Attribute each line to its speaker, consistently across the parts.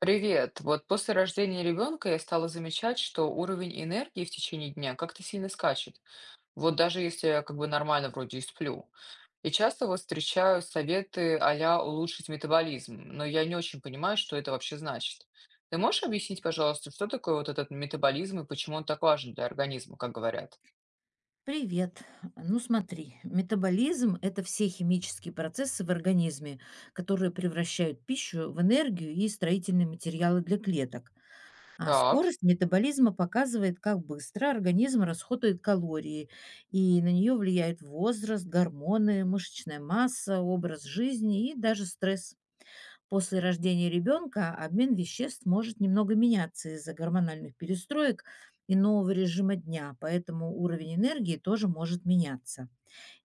Speaker 1: Привет. Вот после рождения ребенка я стала замечать, что уровень энергии в течение дня как-то сильно скачет. Вот даже если я как бы нормально вроде и сплю. И часто вот встречаю советы а-ля улучшить метаболизм, но я не очень понимаю, что это вообще значит. Ты можешь объяснить, пожалуйста, что такое вот этот метаболизм и почему он так важен для организма, как говорят?
Speaker 2: Привет. Ну смотри, метаболизм– это все химические процессы в организме, которые превращают пищу в энергию и строительные материалы для клеток. А
Speaker 1: Так,
Speaker 2: скорость метаболизма показывает, как быстро организм расходует калории, и на нее влияют возраст, гормоны, мышечная масса, образ жизни и даже стресс. После рождения ребенка обмен веществ может немного меняться из-за гормональных перестроек и нового режима дня, поэтому уровень энергии тоже может меняться.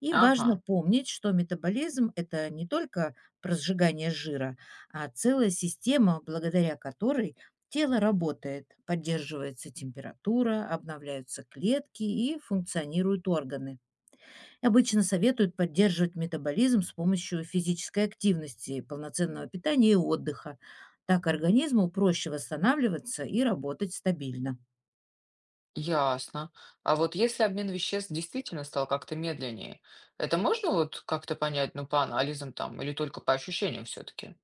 Speaker 2: И
Speaker 1: ага.
Speaker 2: важно помнить, что метаболизм– это не только про сжигание жира, а целая система, благодаря которой тело работает, поддерживается температура, обновляются клетки и функционируют органы. Обычно советуют поддерживать метаболизм с помощью физической активности, полноценного питания и отдыха. Так организму проще восстанавливаться и работать стабильно.
Speaker 1: Ясно. А вот если обмен веществ действительно стал как-то медленнее, это можно вот как-то понять, ну, по анализам там, или только по ощущениям все-таки?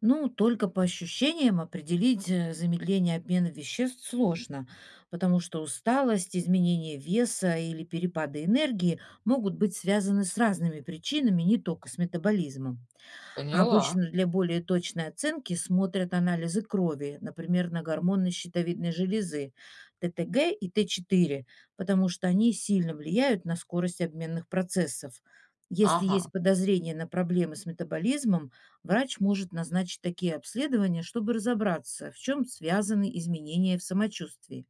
Speaker 2: Ну, только по ощущениям определить замедление обмена веществ сложно, потому что усталость, изменение веса или перепады энергии могут быть связаны с разными причинами, не только с метаболизмом. А
Speaker 1: Поняла.
Speaker 2: Обычно для более точной оценки смотрят анализы крови, например, на гормоны щитовидной железы, ТТГ и Т4, потому что они сильно влияют на скорость обменных процессов. Если
Speaker 1: Ага.
Speaker 2: есть подозрение на проблемы с метаболизмом, врач может назначить такие обследования, чтобы разобраться, в чем связаны изменения в самочувствии.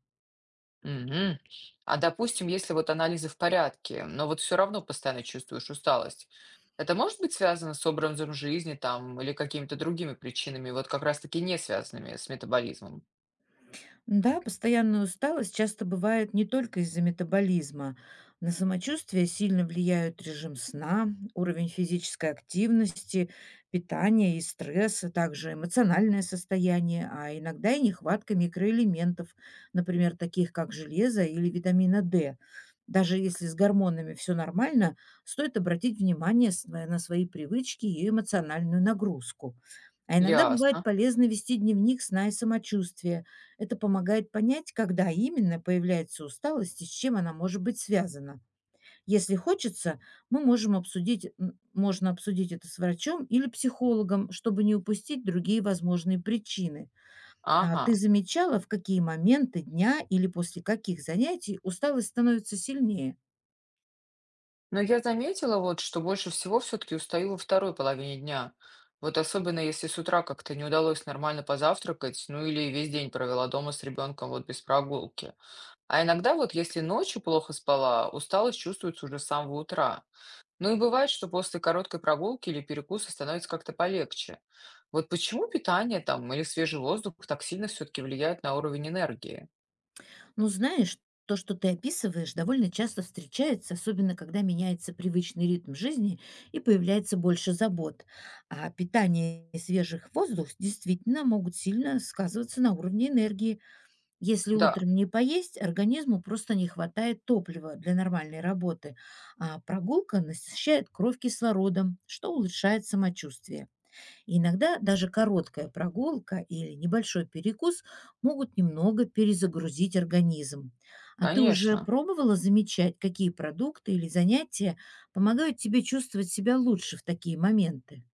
Speaker 1: Мгм. А допустим, если вот анализы в порядке, но вот все равно постоянно чувствуешь усталость, это может быть связано с образом жизни там или какими-то другими причинами, вот как раз-таки не связанными с метаболизмом?
Speaker 2: Да, постоянная усталость часто бывает не только из-за метаболизма. На самочувствие сильно влияют режим сна, уровень физической активности, питание и стресс, а также эмоциональное состояние, а иногда и нехватка микроэлементов, например, таких как железо или витамина D. Даже если с гормонами все нормально, стоит обратить внимание на свои привычки и эмоциональную нагрузку. А иногда бывает
Speaker 1: Ясно.
Speaker 2: полезно вести дневник сна и самочувствия, это помогает понять, когда именно появляется усталость и с чем она может быть связана. Если хочется, мы можем обсудить, можно обсудить это с врачом или психологом, чтобы не упустить другие возможные причины. А
Speaker 1: Ага.
Speaker 2: ты замечала, в какие моменты дня или после каких занятий усталость становится сильнее?
Speaker 1: Но я заметила вот, что больше всего все-таки устаю во второй половине дня. Вот особенно если с утра как-то не удалось нормально позавтракать, ну или весь день провела дома с ребенком вот без прогулки. А иногда вот если ночью плохо спала, усталость чувствуется уже с самого утра. Ну и бывает, что после короткой прогулки или перекуса становится как-то полегче. Вот почему питание там или свежий воздух так сильно все-таки влияет на уровень энергии?
Speaker 2: Ну, знаешь, то, что ты описываешь, довольно часто встречается, особенно когда меняется привычный ритм жизни и появляется больше забот. А питание и свежих воздух действительно могут сильно сказываться на уровне энергии. Если
Speaker 1: Да,
Speaker 2: утром не поесть, организму просто не хватает топлива для нормальной работы, а прогулка насыщает кровь кислородом, что улучшает самочувствие. Иногда даже короткая прогулка или небольшой перекус могут немного перезагрузить организм. А ты уже
Speaker 1: конечно.
Speaker 2: пробовала замечать, какие продукты или занятия помогают тебе чувствовать себя лучше в такие моменты?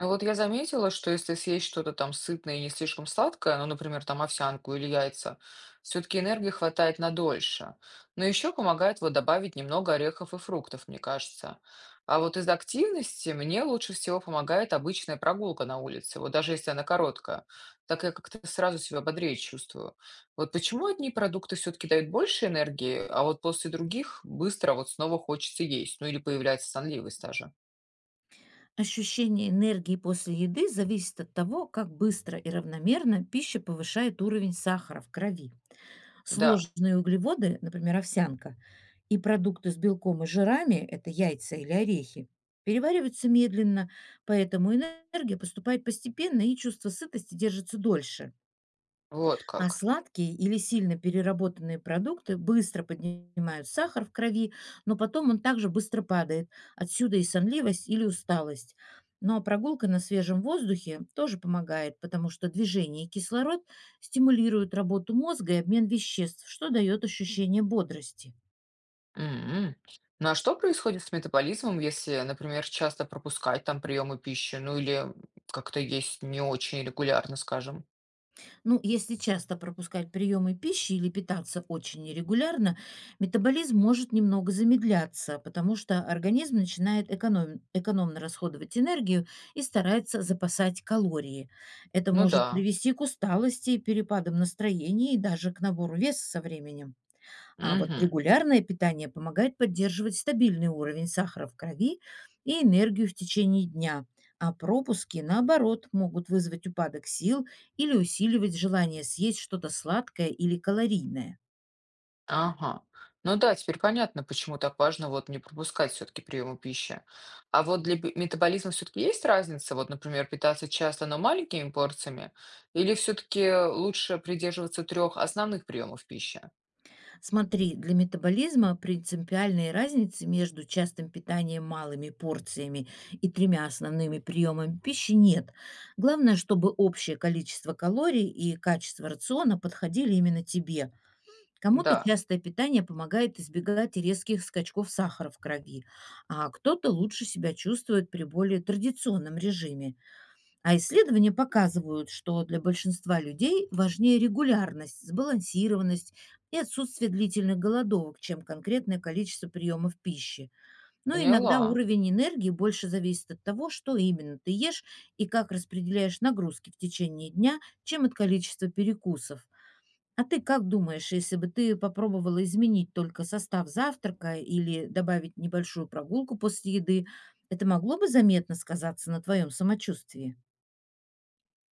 Speaker 1: Ну вот я заметила, что если съесть что-то там сытное и не слишком сладкое, ну, например, там овсянку или яйца, все-таки энергии хватает на дольше. Но еще помогает вот добавить немного орехов и фруктов, мне кажется. А вот из активности мне лучше всего помогает обычная прогулка на улице, вот даже если она короткая, так я как-то сразу себя бодрее чувствую. Вот почему одни продукты все-таки дают больше энергии, а вот после других быстро вот снова хочется есть, ну или появляется сонливость даже.
Speaker 2: Ощущение энергии после еды зависит от того, как быстро и равномерно пища повышает уровень сахара в крови.
Speaker 1: Да,
Speaker 2: Сложные углеводы, например, овсянка, и продукты с белком и жирами– это яйца или орехи– перевариваются медленно, поэтому энергия поступает постепенно и чувство сытости держится дольше.
Speaker 1: вот
Speaker 2: А
Speaker 1: как.
Speaker 2: сладкие или сильно переработанные продукты быстро поднимают сахар в крови, но потом он также быстро падает. Отсюда и сонливость или усталость. Но прогулка на свежем воздухе тоже помогает, потому что движение и кислород стимулируют работу мозга и обмен веществ, что дает ощущение бодрости.
Speaker 1: М. Ну а что происходит с метаболизмом, если, например, часто пропускать там приемы пищи, ну или как-то есть не очень регулярно, скажем?
Speaker 2: Ну, если часто пропускать приемы пищи или питаться очень нерегулярно, метаболизм может немного замедляться, потому что организм начинает экономно расходовать энергию и старается запасать калории. Это
Speaker 1: Ну
Speaker 2: может
Speaker 1: да.
Speaker 2: привести к усталости, перепадам настроения и даже к набору веса со временем. А вот
Speaker 1: Мгм.
Speaker 2: регулярное питание помогает поддерживать стабильный уровень сахара в крови и энергию в течение дня, а пропуски, наоборот, могут вызвать упадок сил или усиливать желание съесть что-то сладкое или калорийное.
Speaker 1: Ага. Ну да, теперь понятно, почему так важно вот не пропускать все-таки приемы пищи. А вот для метаболизма все-таки есть разница, вот, например, питаться часто, но маленькими порциями, или все-таки лучше придерживаться трех основных приемов пищи?
Speaker 2: Смотри, для метаболизма принципиальные разницы между частым питанием малыми порциями и тремя основными приемами пищи нет. Главное, чтобы общее количество калорий и качество рациона подходили именно тебе– Кому-то
Speaker 1: Да,
Speaker 2: частое питание помогает избегать резких скачков сахара в крови, а кто-то лучше себя чувствует при более традиционном режиме. А исследования показывают, что для большинства людей важнее регулярность, сбалансированность и отсутствие длительных голодовок, чем конкретное количество приемов пищи. Но иногда
Speaker 1: поняла.
Speaker 2: уровень энергии больше зависит от того, что именно ты ешь и как распределяешь нагрузки в течение дня, чем от количества перекусов. А ты как думаешь, если бы ты попробовала изменить только состав завтрака или добавить небольшую прогулку после еды, это могло бы заметно сказаться на твоем самочувствии?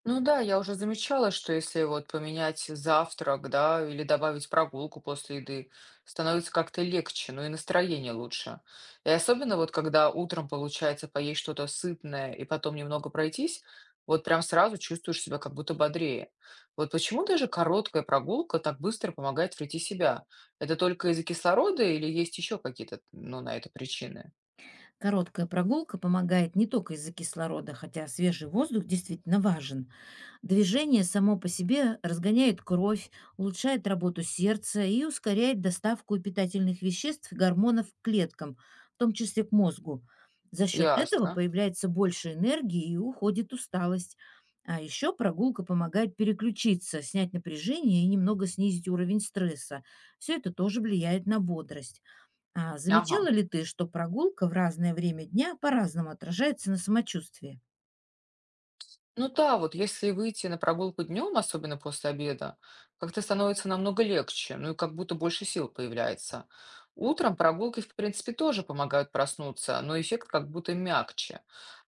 Speaker 1: Ну да, я уже замечала, что если вот поменять завтрак, да, или добавить прогулку после еды, становится как-то легче, ну и настроение лучше. И особенно вот когда утром получается поесть что-то сытное и потом немного пройтись, вот прям сразу чувствуешь себя как будто бодрее. Вот почему даже короткая прогулка так быстро помогает прийти себя? Это только из-за кислорода или есть еще какие-то, ну, на это причины?
Speaker 2: Короткая прогулка помогает не только из-за кислорода, хотя свежий воздух действительно важен. Движение само по себе разгоняет кровь, улучшает работу сердца и ускоряет доставку питательных веществ и гормонов к клеткам, в том числе к мозгу. За счет этого
Speaker 1: Ясно.
Speaker 2: появляется больше энергии и уходит усталость. А еще прогулка помогает переключиться, снять напряжение и немного снизить уровень стресса. Все это тоже влияет на бодрость. А замечала
Speaker 1: Ага.
Speaker 2: ли ты, что прогулка в разное время дня по-разному отражается на самочувствии?
Speaker 1: Ну да, вот если выйти на прогулку днем, особенно после обеда, как-то становится намного легче, ну и как будто больше сил появляется. Утром прогулки, в принципе, тоже помогают проснуться, но эффект как будто мягче.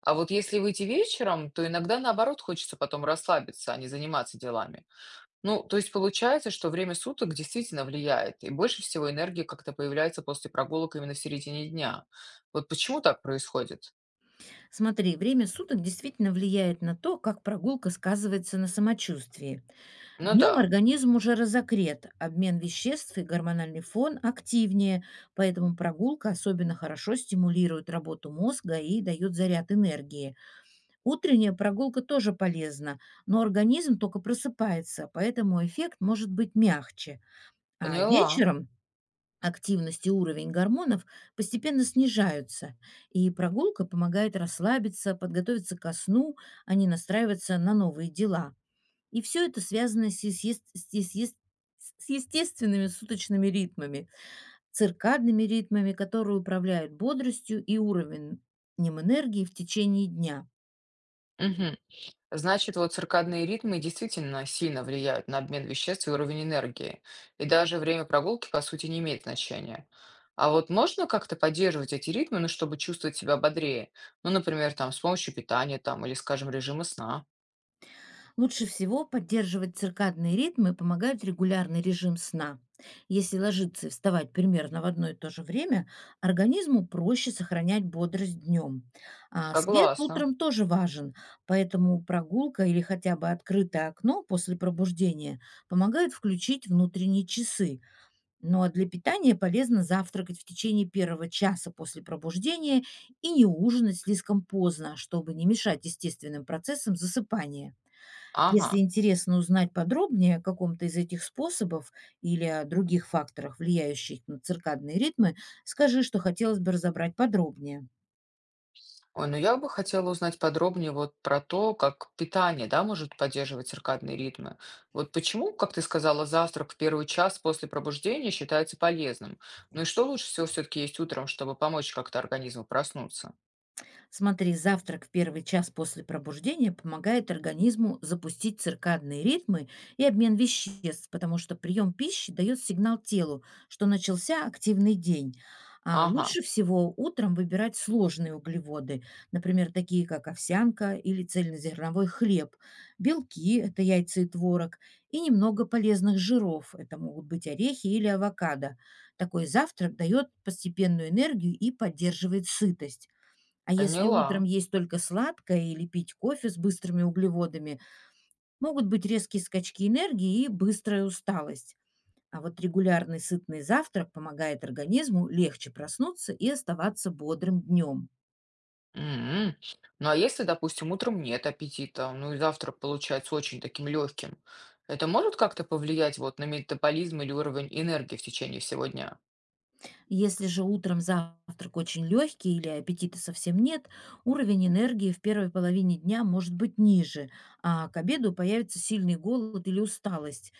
Speaker 1: А вот если выйти вечером, то иногда наоборот хочется потом расслабиться, а не заниматься делами. Ну, то есть получается, что время суток действительно влияет, и больше всего энергии как-то появляется после прогулок именно в середине дня. Вот почему так происходит?
Speaker 2: Смотри, время суток действительно влияет на то, как прогулка сказывается на самочувствии.
Speaker 1: Ну да,
Speaker 2: Днем организм уже разогрет, обмен веществ и гормональный фон активнее, поэтому прогулка особенно хорошо стимулирует работу мозга и дает заряд энергии. Утренняя прогулка тоже полезна, но организм только просыпается, поэтому эффект может быть мягче. А
Speaker 1: поняла.
Speaker 2: вечером активность и уровень гормонов постепенно снижаются, и прогулка помогает расслабиться, подготовиться ко сну, а не настраиваться на новые дела. И все это связано с естественными суточными ритмами, циркадными ритмами, которые управляют бодростью и уровнем энергии в течение дня.
Speaker 1: Мгм. Значит, вот циркадные ритмы действительно сильно влияют на обмен веществ и уровень энергии. И даже время прогулки, по сути, не имеет значения. А вот можно как-то поддерживать эти ритмы, ну, чтобы чувствовать себя бодрее? Ну, например, там, с помощью питания там, или, скажем, режима сна.
Speaker 2: Лучше всего поддерживать циркадные ритмы помогает регулярный режим сна. Если ложиться и вставать примерно в одно и то же время, организму проще сохранять бодрость днем. А свет
Speaker 1: Согласна.
Speaker 2: утром тоже важен, поэтому прогулка или хотя бы открытое окно после пробуждения помогает включить внутренние часы. Ну а для питания полезно завтракать в течение первого часа после пробуждения и не ужинать слишком поздно, чтобы не мешать естественным процессам засыпания.
Speaker 1: Ага.
Speaker 2: Если интересно узнать подробнее о каком-то из этих способов или о других факторах, влияющих на циркадные ритмы, скажи, что хотелось бы разобрать подробнее.
Speaker 1: Ой, ну я бы хотела узнать подробнее вот про то, как питание, да, может поддерживать циркадные ритмы. Вот почему, как ты сказала, завтрак в первый час после пробуждения считается полезным? Ну и что лучше всего все-таки есть утром, чтобы помочь как-то организму проснуться?
Speaker 2: Смотри, завтрак в первый час после пробуждения помогает организму запустить циркадные ритмы и обмен веществ, потому что прием пищи дает сигнал телу, что начался активный день. А
Speaker 1: Ага,
Speaker 2: лучше всего утром выбирать сложные углеводы, например, такие как овсянка или цельнозерновой хлеб, белки– это яйца и творог, и немного полезных жиров– это могут быть орехи или авокадо. Такой завтрак дает постепенную энергию и поддерживает сытость. А если
Speaker 1: поняла.
Speaker 2: утром есть только сладкое или пить кофе с быстрыми углеводами, могут быть резкие скачки энергии и быстрая усталость. А вот регулярный сытный завтрак помогает организму легче проснуться и оставаться бодрым днем.
Speaker 1: М. Ну а если, допустим, утром нет аппетита, ну и завтрак получается очень таким легким, это может как-то повлиять вот на метаболизм или уровень энергии в течение всего дня?
Speaker 2: Если же утром завтрак очень легкий или аппетита совсем нет, уровень энергии в первой половине дня может быть ниже, а к обеду появится сильный голод или усталость.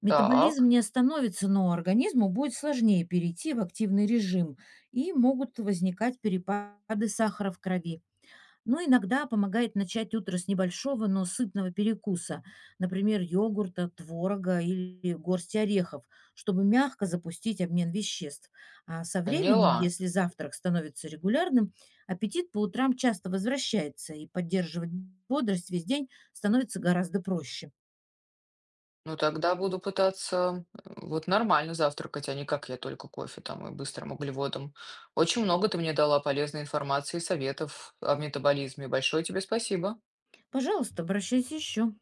Speaker 2: Метаболизм
Speaker 1: Так,
Speaker 2: не остановится, но организму будет сложнее перейти в активный режим, и могут возникать перепады сахара в крови. Но иногда помогает начать утро с небольшого, но сытного перекуса, например, йогурта, творога или горсти орехов, чтобы мягко запустить обмен веществ. А со временем,
Speaker 1: поняла.
Speaker 2: если завтрак становится регулярным, аппетит по утрам часто возвращается, и поддерживать бодрость весь день становится гораздо проще.
Speaker 1: Ну, тогда буду пытаться вот нормально завтракать, а не как я только кофе там и быстрым углеводом. Очень много ты мне дала полезной информации и советов о метаболизме. Большое тебе спасибо.
Speaker 2: Пожалуйста, обращайся еще.